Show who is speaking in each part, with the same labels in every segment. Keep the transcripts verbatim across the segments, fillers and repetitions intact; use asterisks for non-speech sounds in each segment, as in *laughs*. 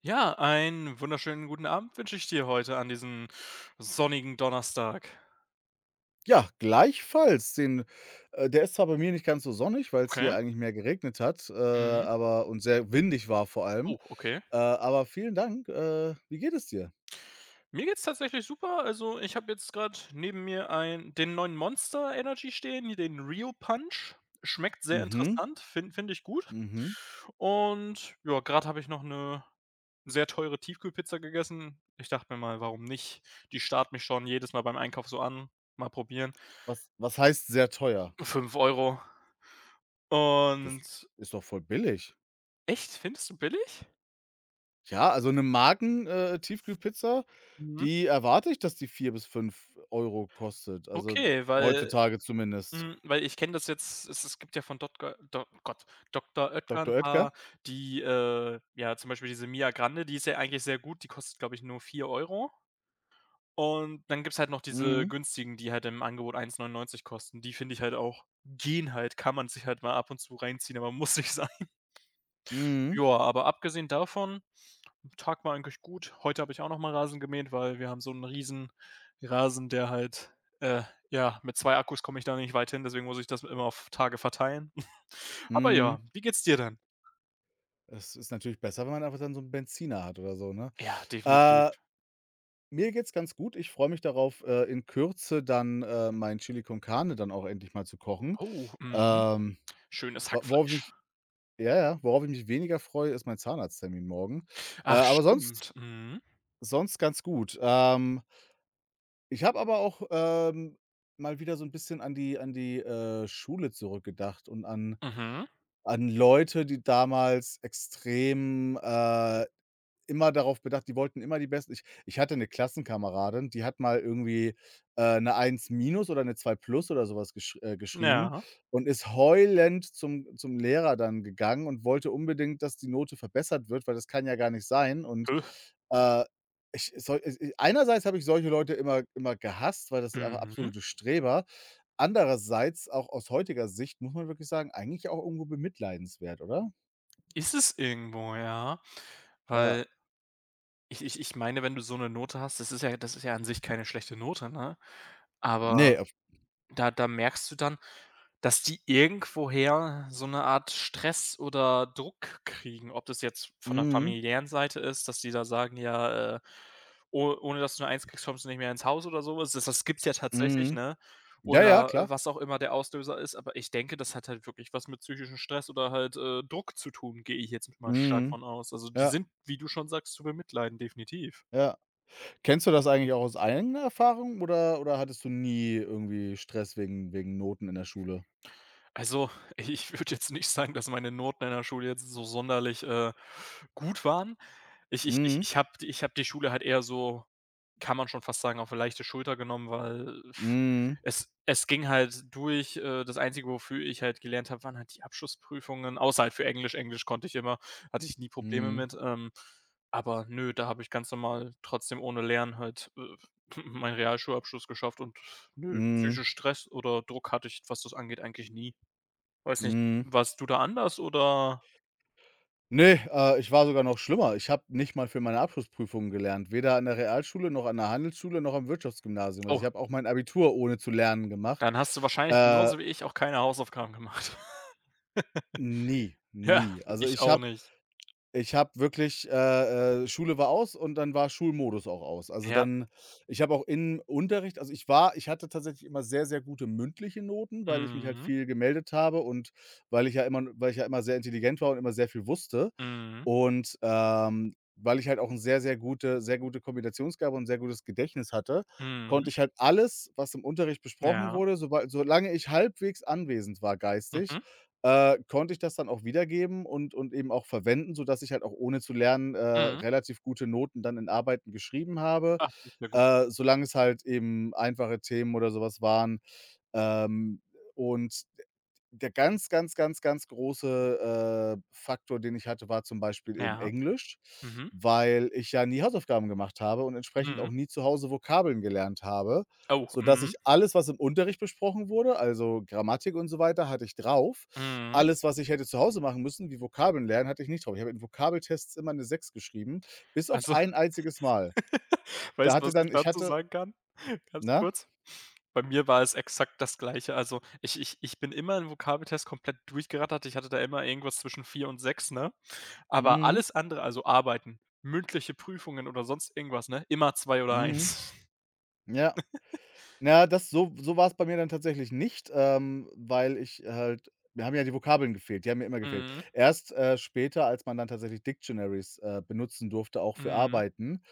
Speaker 1: Ja, einen wunderschönen guten Abend wünsche ich dir heute an diesem sonnigen Donnerstag.
Speaker 2: Ja, gleichfalls. Den äh, Der ist zwar bei mir nicht ganz so sonnig, weil es
Speaker 1: Okay.
Speaker 2: hier eigentlich mehr geregnet hat, äh,
Speaker 1: Mhm.
Speaker 2: aber und sehr windig war vor allem.
Speaker 1: Oh, okay.
Speaker 2: Äh, aber vielen Dank. Äh, wie geht es dir?
Speaker 1: Mir geht's tatsächlich super. Also, ich habe jetzt gerade neben mir ein den neuen Monster Energy stehen, den Rio Punch. Schmeckt sehr
Speaker 2: Mhm,
Speaker 1: interessant, fin finde find find ich gut.
Speaker 2: mhm.
Speaker 1: Und ja, gerade habe ich noch eine sehr teure Tiefkühlpizza gegessen. Ich dachte mir mal, warum nicht? Die starrt mich schon jedes Mal beim Einkauf so an. Mal probieren.
Speaker 2: Was was heißt sehr teuer?
Speaker 1: Fünf Euro.
Speaker 2: Das
Speaker 1: Und
Speaker 2: ist doch voll billig.
Speaker 1: echt, findest du billig?
Speaker 2: Ja, also eine Marken äh, Tiefkühlpizza,
Speaker 1: Mhm.
Speaker 2: die erwarte ich, dass die vier bis fünf Euro kostet, also
Speaker 1: Okay, weil
Speaker 2: heutzutage zumindest. *laughs*
Speaker 1: hm, weil ich kenne das jetzt, es es gibt ja von Dotger Do Gott, Doktor Oetker
Speaker 2: Doktor
Speaker 1: 'n
Speaker 2: Oetker?
Speaker 1: paar, die, äh ja, zum Beispiel diese Mia Grande, die ist ja eigentlich sehr gut, die kostet, glaube ich, nur vier Euro. Und dann gibt's halt noch diese
Speaker 2: Mhm,
Speaker 1: günstigen, die halt im Angebot eins Komma neunundneunzig kosten. Die finde ich halt auch gehen halt, kann man sich halt mal ab und zu reinziehen, aber muss nicht sein.
Speaker 2: mhm,
Speaker 1: Ja, aber abgesehen davon, Tag war eigentlich gut. Heute habe ich auch noch mal Rasen gemäht, weil wir haben so einen riesen Rasen, der halt äh, ja, mit zwei Akkus komme ich da nicht weit hin, deswegen muss ich das immer auf Tage verteilen. *laughs* Aber
Speaker 2: mhm.
Speaker 1: ja, wie geht's dir denn?
Speaker 2: Es ist natürlich besser, wenn man einfach dann so 'n Benziner hat oder so, ne?
Speaker 1: Ja, definitiv.
Speaker 2: Äh, Mir geht's ganz gut. Ich freue mich darauf, äh, in Kürze dann, äh, mein Chili con Carne dann auch endlich mal zu kochen.
Speaker 1: Oh, mhm.
Speaker 2: Ähm,
Speaker 1: Schönes
Speaker 2: wo worauf ich
Speaker 1: Hackfleisch.
Speaker 2: mich ja, ja, worauf ich mich weniger freue, ist mein Zahnarzttermin morgen. Äh,
Speaker 1: Ach,
Speaker 2: aber sonst
Speaker 1: stimmt. Mhm.
Speaker 2: sonst ganz gut. Ähm Ich habe aber auch, ähm, mal wieder so ein bisschen an die an die, äh, Schule zurückgedacht und an
Speaker 1: Mhm.
Speaker 2: an Leute, die damals extrem, äh, immer darauf bedacht die wollten immer die Besten. Ich ich hatte eine Klassenkameradin, die hat mal irgendwie, äh, eine Eins Minus oder eine zwei Plus oder sowas gesch äh, geschrieben
Speaker 1: Ja.
Speaker 2: und ist heulend zum zum Lehrer dann gegangen und wollte unbedingt, dass die Note verbessert wird, weil das kann ja gar nicht sein und,
Speaker 1: Hö.
Speaker 2: äh ich soll es äh, einerseits habe ich solche Leute immer immer gehasst, weil das sind einfach
Speaker 1: Mhm.
Speaker 2: absolute Streber. Andererseits, auch aus heutiger Sicht, muss man wirklich sagen, eigentlich auch irgendwo bemitleidenswert, oder?
Speaker 1: Ist es irgendwo, ja.
Speaker 2: Ja.
Speaker 1: Weil ich ich ich meine, wenn du so eine Note hast, das ist ja das ist ja an sich keine schlechte Note, ne? Aber
Speaker 2: Ne, auf
Speaker 1: da da merkst du dann, dass die irgendwoher so 'ne Art Stress oder Druck kriegen, ob das jetzt von der
Speaker 2: mhm,
Speaker 1: familiären Seite ist, dass die da sagen: „Ja, äh, oh ohne dass du 'ne eins kriegst, kommst du nicht mehr ins Haus“ oder so was. Das das gibt's ja tatsächlich,
Speaker 2: mhm.
Speaker 1: ne?
Speaker 2: Ja, ja,
Speaker 1: Oder, äh,
Speaker 2: klar.
Speaker 1: was auch immer der Auslöser ist, aber ich denke, das hat halt wirklich was mit psychischem Stress oder halt, äh, Druck zu tun, gehe ich jetzt mal stark
Speaker 2: Mhm.
Speaker 1: von aus. Also, die
Speaker 2: Ja,
Speaker 1: sind, wie du schon sagst, zu bemitleiden, definitiv.
Speaker 2: ja. Kennst du das eigentlich auch aus eigener Erfahrung oder oder hattest du nie irgendwie Stress wegen wegen Noten in der Schule?
Speaker 1: Also, *laughs* ich würde jetzt nicht sagen, dass meine Noten in der Schule jetzt so sonderlich, äh, gut waren. Ich ich ich
Speaker 2: Mhm.
Speaker 1: ich habe ich habe die Schule halt eher so, kann man schon fast sagen, auf eine leichte Schulter genommen, weil pff,
Speaker 2: Mhm.
Speaker 1: es es ging halt durch. Äh, das Einzige, wofür ich halt gelernt habe, waren halt die Abschlussprüfungen, außer halt für Englisch. Englisch konnte ich immer, hatte ich nie Probleme
Speaker 2: Mhm.
Speaker 1: mit. Ähm, aber nö, da habe ich ganz normal trotzdem ohne Lernen halt, äh, *laughs* *clears throat* meinen Realschulabschluss geschafft und nö,
Speaker 2: Mhm.
Speaker 1: psychisch Stress oder Druck hatte ich, was das angeht, eigentlich nie. Weiß nicht,
Speaker 2: Mhm.
Speaker 1: warst du da anders oder?
Speaker 2: Ne, äh, ich war sogar noch schlimmer. Ich habe nicht mal für meine Abschlussprüfungen gelernt, weder an der Realschule noch an der Handelsschule noch am Wirtschaftsgymnasium. Also, ich
Speaker 1: Oh.
Speaker 2: habe auch mein Abitur ohne zu lernen gemacht.
Speaker 1: Dann hast du wahrscheinlich
Speaker 2: Äh,
Speaker 1: genauso wie ich auch keine Hausaufgaben gemacht. *laughs*
Speaker 2: nie,
Speaker 1: Ja,
Speaker 2: nie. Also,
Speaker 1: ich
Speaker 2: ich
Speaker 1: auch
Speaker 2: habe
Speaker 1: nicht.
Speaker 2: Ich habe wirklich äh, äh, Schule war aus und dann war Schulmodus auch aus. Also
Speaker 1: Ja.
Speaker 2: dann ich habe auch im Unterricht also ich war ich hatte tatsächlich immer sehr, sehr gute mündliche Noten, weil ich mich halt
Speaker 1: Mhm.
Speaker 2: viel gemeldet habe und weil ich ja immer weil ich ja immer sehr intelligent war und immer sehr viel wusste.
Speaker 1: Mhm.
Speaker 2: Und, ähm, weil ich halt auch 'n sehr, sehr gute sehr gute Kombinationsgabe und ein sehr gutes Gedächtnis hatte,
Speaker 1: Mhm.
Speaker 2: konnte ich halt alles, was im Unterricht besprochen
Speaker 1: Ja.
Speaker 2: wurde, sobal solange ich halbwegs anwesend war geistig
Speaker 1: Mhm.
Speaker 2: äh, konnte ich das dann auch wiedergeben und und eben auch verwenden, sodass ich halt auch ohne zu lernen, äh,
Speaker 1: Mhm.
Speaker 2: relativ gute Noten dann in Arbeiten geschrieben habe,
Speaker 1: Ach, das ist ja gut.
Speaker 2: äh, solange es halt eben einfache Themen oder sowas waren. Ähm, und der ganz, ganz, ganz, ganz große, äh, Faktor, den ich hatte, war zum Beispiel eben
Speaker 1: Ja.
Speaker 2: Englisch,
Speaker 1: Mhm.
Speaker 2: weil ich ja nie Hausaufgaben gemacht habe und entsprechend
Speaker 1: Mhm.
Speaker 2: auch nie zu Hause Vokabeln gelernt habe,
Speaker 1: Oh,
Speaker 2: sodass
Speaker 1: mhm.
Speaker 2: ich alles, was im Unterricht besprochen wurde, also Grammatik und so weiter, hatte ich drauf.
Speaker 1: Mhm.
Speaker 2: Alles, was ich hätte zu Hause machen müssen, wie Vokabeln lernen, hatte ich nicht drauf. Ich habe in Vokabeltests immer eine Sechs geschrieben, bis auf
Speaker 1: Also,
Speaker 2: ein einziges Mal.
Speaker 1: *laughs*
Speaker 2: Da
Speaker 1: weißt du,
Speaker 2: hatte
Speaker 1: was ich
Speaker 2: dann ich
Speaker 1: dazu
Speaker 2: hatte
Speaker 1: sagen kann? *laughs* Ganz
Speaker 2: ne?
Speaker 1: kurz. Bei mir war es exakt das Gleiche. Also, ich ich ich bin immer im Vokabeltest komplett durchgerattert. Ich hatte da immer irgendwas zwischen vier und sechs, ne? Aber
Speaker 2: Mhm,
Speaker 1: alles andere, also Arbeiten, mündliche Prüfungen oder sonst irgendwas, ne, immer zwei oder
Speaker 2: mhm,
Speaker 1: eins.
Speaker 2: ja. Na, das so so war's bei mir dann tatsächlich nicht, ähm, weil ich halt mir haben ja die Vokabeln gefehlt, die haben mir immer gefehlt.
Speaker 1: Mhm,
Speaker 2: Erst, äh, später, als man dann tatsächlich Dictionaries, äh, benutzen durfte, auch für
Speaker 1: mhm,
Speaker 2: Arbeiten,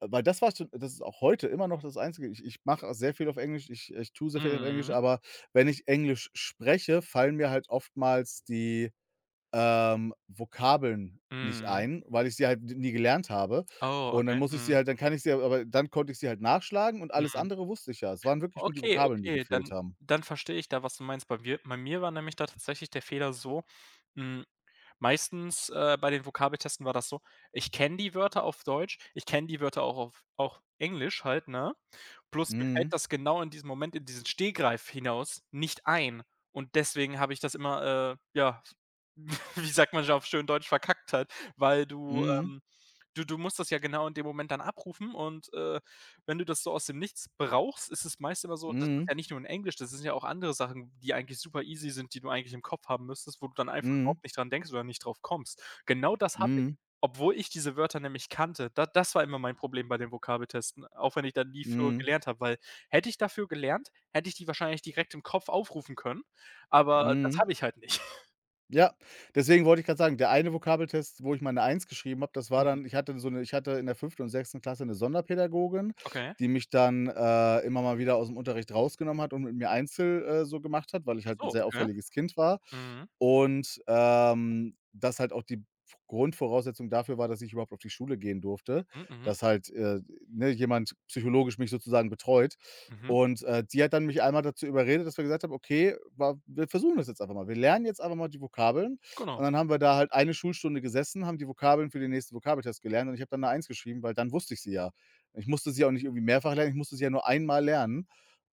Speaker 2: äh, weil das war schon das ist auch heute immer noch das Einzige ich ich mache sehr viel auf Englisch, ich ich tue sehr viel auf Englisch,
Speaker 1: mhm,
Speaker 2: aber wenn ich Englisch spreche, fallen mir halt oftmals die ähm, Vokabeln nicht
Speaker 1: mhm.
Speaker 2: ein, weil ich sie halt nie gelernt habe.
Speaker 1: Oh,
Speaker 2: Und dann
Speaker 1: okay.
Speaker 2: muss ich
Speaker 1: Mhm,
Speaker 2: sie halt dann kann ich sie aber dann konnte ich sie halt nachschlagen und alles
Speaker 1: mhm.
Speaker 2: andere wusste ich ja. Es waren wirklich nur die
Speaker 1: Okay,
Speaker 2: Vokabeln, die
Speaker 1: okay,
Speaker 2: gefehlt
Speaker 1: dann
Speaker 2: haben.
Speaker 1: dann verstehe ich da, was du meinst. Bei mir bei mir war nämlich da tatsächlich der Fehler so. hm Meistens, äh, bei den Vokabeltesten war das so, ich kenne die Wörter auf Deutsch, ich kenne die Wörter auch auf auch Englisch halt, ne? Bloß mir fällt
Speaker 2: Mhm.
Speaker 1: das genau in diesem Moment, in diesen Stegreif hinaus nicht ein. Und deswegen habe ich das immer, äh, ja, *laughs* wie sagt man schon auf schön Deutsch, verkackt halt, weil du,
Speaker 2: Mhm.
Speaker 1: ähm du du musst das ja genau in dem Moment dann abrufen und, äh wenn du das so aus dem Nichts brauchst, ist es meist immer so, das ist
Speaker 2: Mhm.
Speaker 1: ja nicht nur in Englisch, das sind ja auch andere Sachen, die eigentlich super easy sind, die du eigentlich im Kopf haben müsstest, wo du dann einfach
Speaker 2: Mhm.
Speaker 1: überhaupt nicht dran denkst oder nicht drauf kommst. Genau das habe ich,
Speaker 2: Mhm.
Speaker 1: obwohl ich diese Wörter nämlich kannte. Da, das war immer mein Problem bei den Vokabeltesten, auch wenn ich da nie für
Speaker 2: Mhm.
Speaker 1: gelernt habe, weil hätte ich dafür gelernt, hätte ich die wahrscheinlich direkt im Kopf aufrufen können, aber das
Speaker 2: Mhm.
Speaker 1: habe ich halt nicht.
Speaker 2: Ja, deswegen wollte ich gerade sagen, der eine Vokabeltest, wo ich meine Eins geschrieben habe, das war
Speaker 1: Mhm,
Speaker 2: dann ich hatte so eine, ich hatte in der fünften und sechsten Klasse eine Sonderpädagogin,
Speaker 1: okay.
Speaker 2: die mich dann, äh, immer mal wieder aus dem Unterricht rausgenommen hat und mit mir Einzel äh, so gemacht hat, weil ich
Speaker 1: Ach
Speaker 2: halt ein
Speaker 1: so,
Speaker 2: sehr
Speaker 1: okay.
Speaker 2: auffälliges Kind war.
Speaker 1: Mhm,
Speaker 2: Und, ähm, das halt auch die Grundvoraussetzung dafür war, dass ich überhaupt auf die Schule gehen durfte,
Speaker 1: mhm, mhm,
Speaker 2: dass halt, äh, ne, jemand psychologisch mich sozusagen betreut.
Speaker 1: mhm,
Speaker 2: Und, äh, die hat dann mich einmal dazu überredet, dass wir gesagt haben: „Okay, wa wir versuchen das jetzt einfach mal. Wir lernen jetzt einfach mal die Vokabeln.“ Und
Speaker 1: genau.
Speaker 2: dann haben wir da halt eine Schulstunde gesessen, haben die Vokabeln für den nächsten Vokabeltest gelernt und ich habe dann eine Eins geschrieben, weil dann wusste ich sie ja. Ich musste sie auch nicht irgendwie mehrfach lernen, ich musste sie ja nur einmal lernen.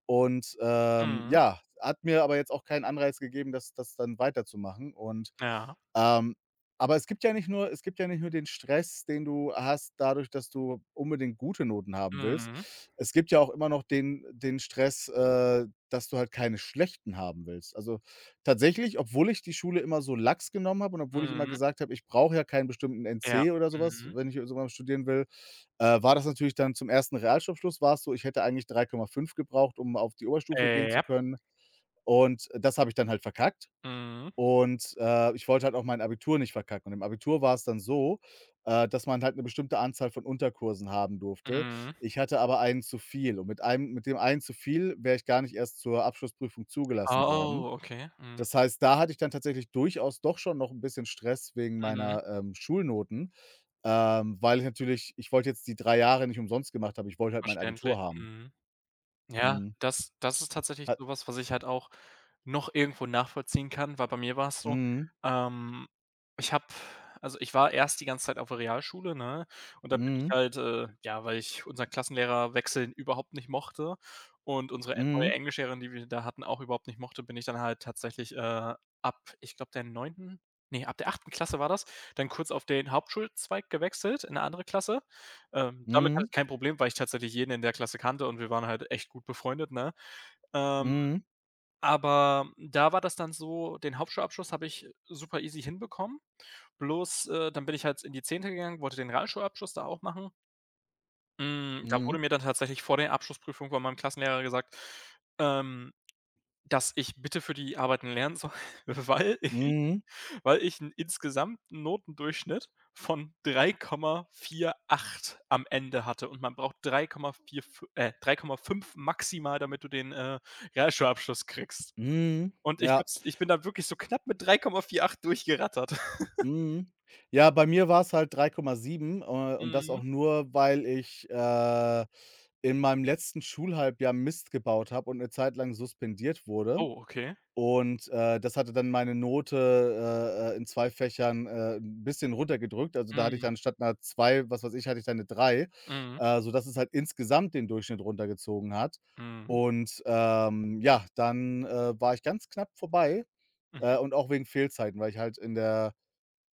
Speaker 2: Und, ähm,
Speaker 1: Mhm,
Speaker 2: ja, hat mir aber jetzt auch keinen Anreiz gegeben, das das dann weiterzumachen und,
Speaker 1: ja.
Speaker 2: ähm aber es gibt ja nicht nur es gibt ja nicht nur den Stress, den du hast dadurch, dass du unbedingt gute Noten haben willst.
Speaker 1: Mhm,
Speaker 2: Es gibt ja auch immer noch den den Stress, äh, dass du halt keine schlechten haben willst. Also, tatsächlich, obwohl ich die Schule immer so lax genommen habe und obwohl ich immer
Speaker 1: mhm,
Speaker 2: gesagt habe: „Ich brauche ja keinen bestimmten
Speaker 1: ja.
Speaker 2: N C oder sowas,
Speaker 1: Mhm.
Speaker 2: wenn ich irgendwann studieren will“, äh, war das natürlich dann zum ersten. Realschulabschluss war es so, ich hätte eigentlich drei Komma fünf gebraucht, um auf die Oberstufe
Speaker 1: Äh,
Speaker 2: gehen zu
Speaker 1: ja.
Speaker 2: können. Und das habe ich dann halt verkackt.
Speaker 1: Mhm.
Speaker 2: Und, äh, ich wollte halt auch mein Abitur nicht verkacken. Und im Abitur war es dann so, äh, dass man halt eine bestimmte Anzahl von Unterkursen haben durfte.
Speaker 1: Mhm.
Speaker 2: Ich hatte aber einen zu viel und mit einem mit dem einen zu viel wäre ich gar nicht erst zur Abschlussprüfung zugelassen worden.
Speaker 1: Oh, okay. Mhm.
Speaker 2: Das heißt, da hatte ich dann tatsächlich durchaus doch schon noch ein bisschen Stress wegen
Speaker 1: Mhm.
Speaker 2: meiner, ähm, Schulnoten, ähm, weil ich natürlich ich wollte jetzt die drei Jahre nicht umsonst gemacht haben. Ich wollte halt mein
Speaker 1: Verständlich.
Speaker 2: Abitur haben.
Speaker 1: Mhm. Ja,
Speaker 2: Mhm.
Speaker 1: das das ist tatsächlich
Speaker 2: Hat
Speaker 1: sowas, was ich halt auch noch irgendwo nachvollziehen kann, weil bei mir war es so,
Speaker 2: mhm,
Speaker 1: ähm, ich habe also, ich war erst die ganze Zeit auf der Realschule, ne? Und dann bin ich
Speaker 2: mhm,
Speaker 1: halt, äh ja, weil ich unseren Klassenlehrer wechseln überhaupt nicht mochte und unsere neue
Speaker 2: mhm,
Speaker 1: Englischlehrerin, die wir da hatten, auch überhaupt nicht mochte, bin ich dann halt tatsächlich, äh, ab, ich glaube, der neunten, nee, ab der achten Klasse war das, dann kurz auf den Hauptschulzweig gewechselt in eine andere Klasse. Ähm, damit hatte
Speaker 2: mhm,
Speaker 1: ich kein Problem, weil ich tatsächlich jeden in der Klasse kannte und wir waren halt echt gut befreundet, ne? Ähm,
Speaker 2: mhm,
Speaker 1: aber da war das dann so, den Hauptschulabschluss habe ich super easy hinbekommen. Bloß, äh, dann bin ich halt in die Zehnte gegangen, wollte den Realschulabschluss da auch machen. Hm, da wurde
Speaker 2: mhm,
Speaker 1: mir dann tatsächlich vor der Abschlussprüfung von meinem Klassenlehrer gesagt, ähm, dass ich bitte für die Arbeiten lernen soll, *laughs* weil
Speaker 2: mhm.
Speaker 1: weil ich einen insgesamt Notendurchschnitt von drei Komma vier acht am Ende hatte und man braucht drei Komma vier äh, drei Komma fünf maximal, damit du den, äh, Realschulabschluss kriegst.
Speaker 2: Mhm.
Speaker 1: Und ich habe
Speaker 2: Ja.
Speaker 1: ich bin da wirklich so knapp mit drei Komma vier acht durchgerattert.
Speaker 2: Mhm. Ja, bei mir war es halt drei Komma sieben, äh, und das
Speaker 1: Mhm.
Speaker 2: auch nur, weil ich, äh, in meinem letzten Schulhalbjahr Mist gebaut habe und eine Zeit lang suspendiert wurde.
Speaker 1: Oh, okay.
Speaker 2: Und, äh, das hatte dann meine Note, äh, äh, in zwei Fächern, äh, 'n bisschen runtergedrückt. Also, da hatte ich
Speaker 1: Mhm.
Speaker 2: dann statt einer zwei, was weiß ich, hatte ich dann eine drei,
Speaker 1: Mhm.
Speaker 2: äh, sodass es halt insgesamt den Durchschnitt runtergezogen hat.
Speaker 1: Mhm.
Speaker 2: Und, ähm, ja, dann, äh, war ich ganz knapp vorbei.
Speaker 1: Mhm.
Speaker 2: Äh, und auch wegen Fehlzeiten, weil ich halt in der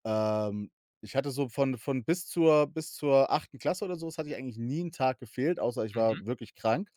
Speaker 2: ähm, ich hatte so von von bis zur bis zur achten Klasse oder so was hatte ich eigentlich nie einen Tag gefehlt, außer ich
Speaker 1: Mhm.
Speaker 2: war wirklich krank.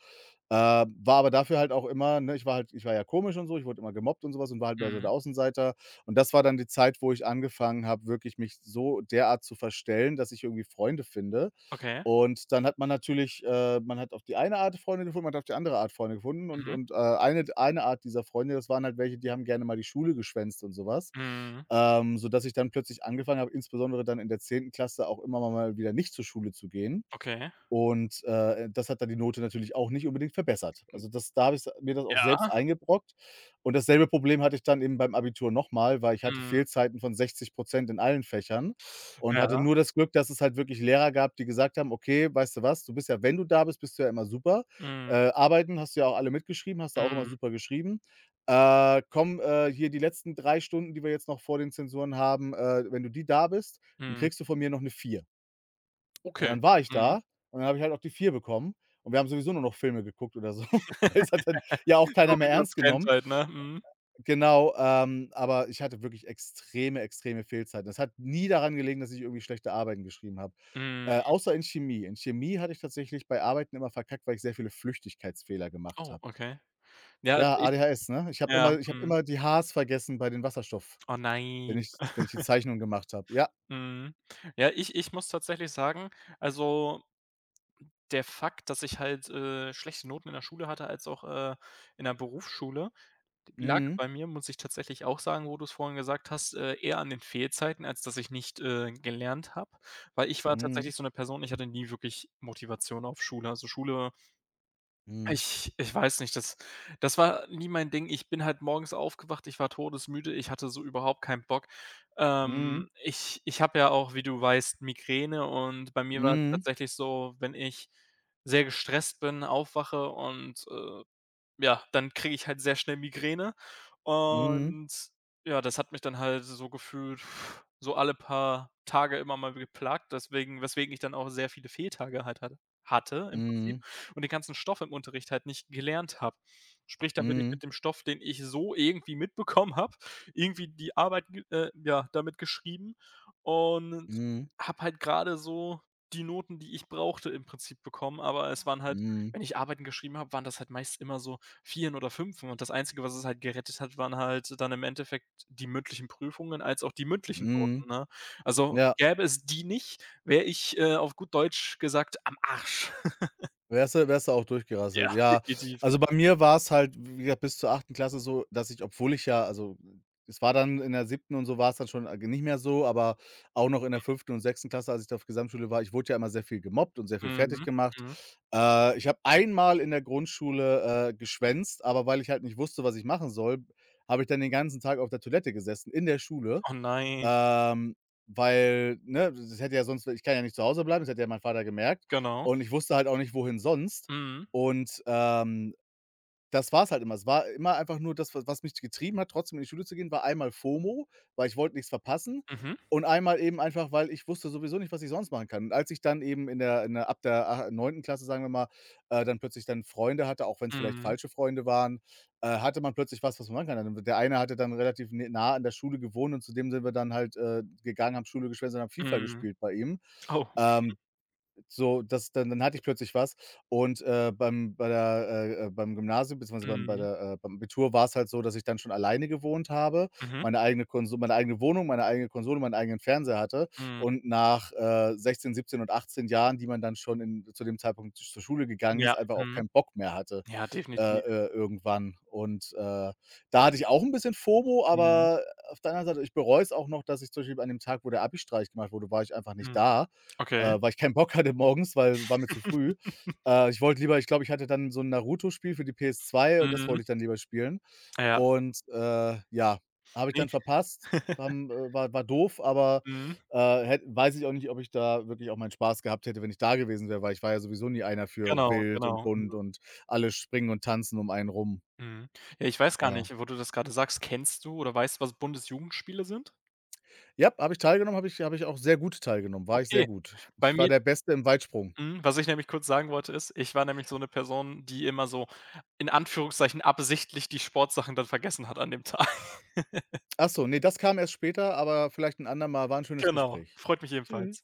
Speaker 2: Ähm, war aber dafür halt auch immer ne, ich war halt ich war ja komisch und so, ich wurde immer gemobbt und sowas und war halt mehr so der
Speaker 1: Mhm.
Speaker 2: Außenseiter. Und das war dann die Zeit, wo ich angefangen habe, wirklich mich so derart zu verstellen, dass ich irgendwie Freunde finde.
Speaker 1: Okay.
Speaker 2: Und dann hat man natürlich äh, man hat auf die eine Art Freunde gefunden, man hat auf die andere Art Freunde gefunden und
Speaker 1: Mhm.
Speaker 2: und, äh, eine eine Art dieser Freunde, das waren halt welche, die haben gerne mal die Schule geschwänzt und so was,
Speaker 1: Mhm.
Speaker 2: ähm, sodass ich dann plötzlich angefangen habe, insbesondere dann in der zehnten Klasse auch immer mal wieder nicht zur Schule zu gehen.
Speaker 1: Okay.
Speaker 2: Und, äh, das hat dann die Note natürlich auch nicht unbedingt verbessert.
Speaker 1: Hm,
Speaker 2: Also, das da habe ich mir das auch selbst
Speaker 1: ja.
Speaker 2: eingebrockt. Und dasselbe Problem hatte ich dann eben beim Abitur nochmal, weil ich hatte
Speaker 1: Mhm.
Speaker 2: Fehlzeiten von sechzig in allen Fächern und hatte
Speaker 1: Ja.
Speaker 2: nur das Glück, dass es halt wirklich Lehrer gab, die gesagt haben: „Okay, weißt du was? Du bist ja wenn du da bist, bist du ja immer super.
Speaker 1: Mhm.
Speaker 2: Äh, Arbeiten hast du ja auch alle mitgeschrieben, hast du auch immer
Speaker 1: Mhm.
Speaker 2: super geschrieben. Äh, komm, äh, hier die letzten drei Stunden, die wir jetzt noch vor den Zensuren haben, äh, wenn du die da bist, dann
Speaker 1: Mhm.
Speaker 2: kriegst du von mir noch eine vier.“ Und
Speaker 1: Okay.
Speaker 2: dann war ich
Speaker 1: Mhm.
Speaker 2: da und dann habe ich halt auch die vier bekommen und wir haben sowieso nur noch Filme geguckt oder so, *laughs* weil es
Speaker 1: *laughs*
Speaker 2: hat dann ja auch
Speaker 1: So
Speaker 2: keiner mehr
Speaker 1: wie man es
Speaker 2: ernst
Speaker 1: kennt
Speaker 2: genommen.
Speaker 1: halt, ne? Mhm.
Speaker 2: Genau, ähm, aber ich hatte wirklich extreme, extreme Fehlzeiten. Das hat nie daran gelegen, dass ich irgendwie schlechte Arbeiten geschrieben habe, äh,
Speaker 1: Mhm.
Speaker 2: außer in Chemie. In Chemie hatte ich tatsächlich bei Arbeiten immer verkackt, weil ich sehr viele Flüchtigkeitsfehler gemacht
Speaker 1: Oh,
Speaker 2: habe.
Speaker 1: okay. Ja, also
Speaker 2: Ja,
Speaker 1: ich,
Speaker 2: A D H S, ne? Ich habe
Speaker 1: ja,
Speaker 2: immer ich habe
Speaker 1: mhm.
Speaker 2: immer die H's vergessen bei den Wasserstoff,
Speaker 1: Oh
Speaker 2: wenn
Speaker 1: nein.
Speaker 2: ich wenn ich die Zeichnung gemacht habe. Ja.
Speaker 1: Mhm. Ja, ich ich muss tatsächlich sagen, also, der Fakt, dass ich halt, äh, schlechte Noten in der Schule hatte als auch, äh, in der Berufsschule, lag
Speaker 2: Mhm.
Speaker 1: bei mir, muss ich tatsächlich auch sagen, wo du's vorhin gesagt hast, äh, eher an den Fehlzeiten, als dass ich nicht, äh, gelernt habe. Weil ich war
Speaker 2: Mhm.
Speaker 1: tatsächlich so 'ne Person, ich hatte nie wirklich Motivation auf Schule. Also, Schule.
Speaker 2: Mhm.
Speaker 1: Ich ich weiß nicht, das das war nie mein Ding. Ich bin halt morgens aufgewacht, ich war todesmüde, ich hatte so überhaupt keinen Bock. Ähm,
Speaker 2: Mhm.
Speaker 1: ich ich habe ja auch, wie du weißt, Migräne und bei mir war es
Speaker 2: Mhm.
Speaker 1: tatsächlich so, wenn ich sehr gestresst bin, aufwache und, äh ja, dann kriege ich halt sehr schnell Migräne
Speaker 2: Mhm.
Speaker 1: und ja, das hat mich dann halt so gefühlt pff, so alle paar Tage immer mal geplagt, deswegen weswegen ich dann auch sehr viele Fehltage halt hatte hatte im Prinzip
Speaker 2: Mhm.
Speaker 1: und den ganzen Stoff im Unterricht halt nicht gelernt habe. Sprich, dann bin ich
Speaker 2: Mhm,
Speaker 1: mit dem Stoff, den ich so irgendwie mitbekommen habe, irgendwie die Arbeit ge äh, ja, damit geschrieben und
Speaker 2: mhm,
Speaker 1: habe halt gerade so die Noten, die ich brauchte, im Prinzip bekommen, aber es waren halt,
Speaker 2: mhm,
Speaker 1: wenn ich Arbeiten geschrieben habe, waren das halt meist immer so Vieren oder Fünfen und das Einzige, was es halt gerettet hat, waren halt dann im Endeffekt die mündlichen Prüfungen als auch die mündlichen
Speaker 2: mhm.
Speaker 1: Noten, ne? Also,
Speaker 2: Ja,
Speaker 1: gäbe es die nicht, wäre ich, äh, auf gut Deutsch gesagt, am Arsch. *laughs*
Speaker 2: wärst du wärst du auch
Speaker 1: Ja,
Speaker 2: durchgerasselt. Ja,
Speaker 1: definitiv.
Speaker 2: also, bei mir war's halt, wie gesagt, bis zur achten Klasse so, dass ich, obwohl ich ja also, es war dann in der siebten und so war's dann schon, äh, nicht mehr so, aber auch noch in der fünften und sechsten Klasse, als ich da auf Gesamtschule war, ich wurde ja immer sehr viel gemobbt und sehr viel
Speaker 1: Mhm,
Speaker 2: fertiggemacht.
Speaker 1: mhm.
Speaker 2: Äh, ich habe einmal in der Grundschule, äh, geschwänzt, aber weil ich halt nicht wusste, was ich machen soll, habe ich dann den ganzen Tag auf der Toilette gesessen in der Schule.
Speaker 1: Oh nein,
Speaker 2: Ähm, weil, ne, das hätte ja sonst ich kann ja nicht zu Hause bleiben, das hätte ja mein Vater gemerkt
Speaker 1: genau.
Speaker 2: und ich wusste halt auch nicht, wohin sonst
Speaker 1: Mhm,
Speaker 2: und, ähm das war's halt immer. Es war immer einfach nur das, wa was mich getrieben hat, trotzdem in die Schule zu gehen, war einmal FOMO, weil ich wollte nichts verpassen
Speaker 1: mhm,
Speaker 2: und einmal eben einfach, weil ich wusste sowieso nicht, was ich sonst machen kann. Und als ich dann eben in der in der ab der a neunten. Klasse, sagen wir mal, äh, dann plötzlich dann Freunde hatte, auch wenn es vielleicht
Speaker 1: mhm,
Speaker 2: falsche Freunde waren, äh, hatte man plötzlich was, was man machen kann. Dann der eine hatte dann relativ n nah an der Schule gewohnt und zu dem sind wir dann halt, äh, gegangen, haben Schule geschwänzt und haben FIFA
Speaker 1: mhm.
Speaker 2: gespielt bei ihm.
Speaker 1: Oh,
Speaker 2: Ähm, so, das dann dann hatte ich plötzlich was und, äh, beim bei der äh, äh, beim Gymnasium beziehungsweise beim bei
Speaker 1: mhm,
Speaker 2: der, äh beim Abitur war es halt so, dass ich dann schon alleine gewohnt habe,
Speaker 1: mhm,
Speaker 2: meine eigene Konso meine eigene Wohnung, meine eigene Konsole, meinen eigenen Fernseher hatte
Speaker 1: mhm.
Speaker 2: und nach, äh, sechzehn, siebzehn und achtzehn Jahren, die man dann schon in zu dem Zeitpunkt zur Schule gegangen ist,
Speaker 1: Ja,
Speaker 2: einfach auch
Speaker 1: mhm.
Speaker 2: keinen Bock mehr hatte
Speaker 1: Ja,
Speaker 2: äh,
Speaker 1: definitiv.
Speaker 2: äh, irgendwann. Und, äh, da hatte ich auch ein bisschen FOMO,
Speaker 1: Mhm,
Speaker 2: aber auf der anderen Seite, ich bereue es auch noch, dass ich zum Beispiel an dem Tag, wo der Abi-Streich gemacht wurde, war ich einfach nicht
Speaker 1: mhm.
Speaker 2: da,
Speaker 1: Okay.
Speaker 2: äh, weil ich keinen Bock hatte *laughs* morgens, weil es war mir zu früh.
Speaker 1: *laughs*
Speaker 2: Äh, ich wollte lieber ich glaube, ich hatte dann so ein Naruto-Spiel für die P S zwei, das
Speaker 1: Mhm.
Speaker 2: wollte ich dann lieber spielen.
Speaker 1: Ja,
Speaker 2: Und, äh, ja, habe ich
Speaker 1: ne?
Speaker 2: dann verpasst,
Speaker 1: *laughs*
Speaker 2: haben, äh war war doof, aber,
Speaker 1: Mhm,
Speaker 2: äh, hätt weiß ich auch nicht, ob ich da wirklich auch meinen Spaß gehabt hätte, wenn ich da gewesen wäre, weil ich war ja sowieso nie einer für
Speaker 1: genau,
Speaker 2: wild und
Speaker 1: genau.
Speaker 2: bunt
Speaker 1: Mhm.
Speaker 2: und alle springen und tanzen um einen rum,
Speaker 1: Mhm. Ja, ich weiß gar
Speaker 2: ja.
Speaker 1: nicht, wo du das gerade sagst. Kennst du oder weißt du, was Bundesjugendspiele sind?
Speaker 2: Ja, habe ich teilgenommen, habe ich habe ich auch sehr gut teilgenommen, war ich
Speaker 1: Okay,
Speaker 2: sehr gut. Ich
Speaker 1: bei
Speaker 2: ich war
Speaker 1: mir
Speaker 2: der Beste im Weitsprung.
Speaker 1: mhm, was ich nämlich kurz sagen wollte, ist, ich war nämlich so eine Person, die immer so in Anführungszeichen absichtlich die Sportsachen dann vergessen hat an dem Tag. *laughs*
Speaker 2: Achso, nee, das kam erst später, aber vielleicht ein andermal. War 'n schönes
Speaker 1: Genau,
Speaker 2: Gespräch.
Speaker 1: freut mich
Speaker 2: Tschü
Speaker 1: ebenfalls.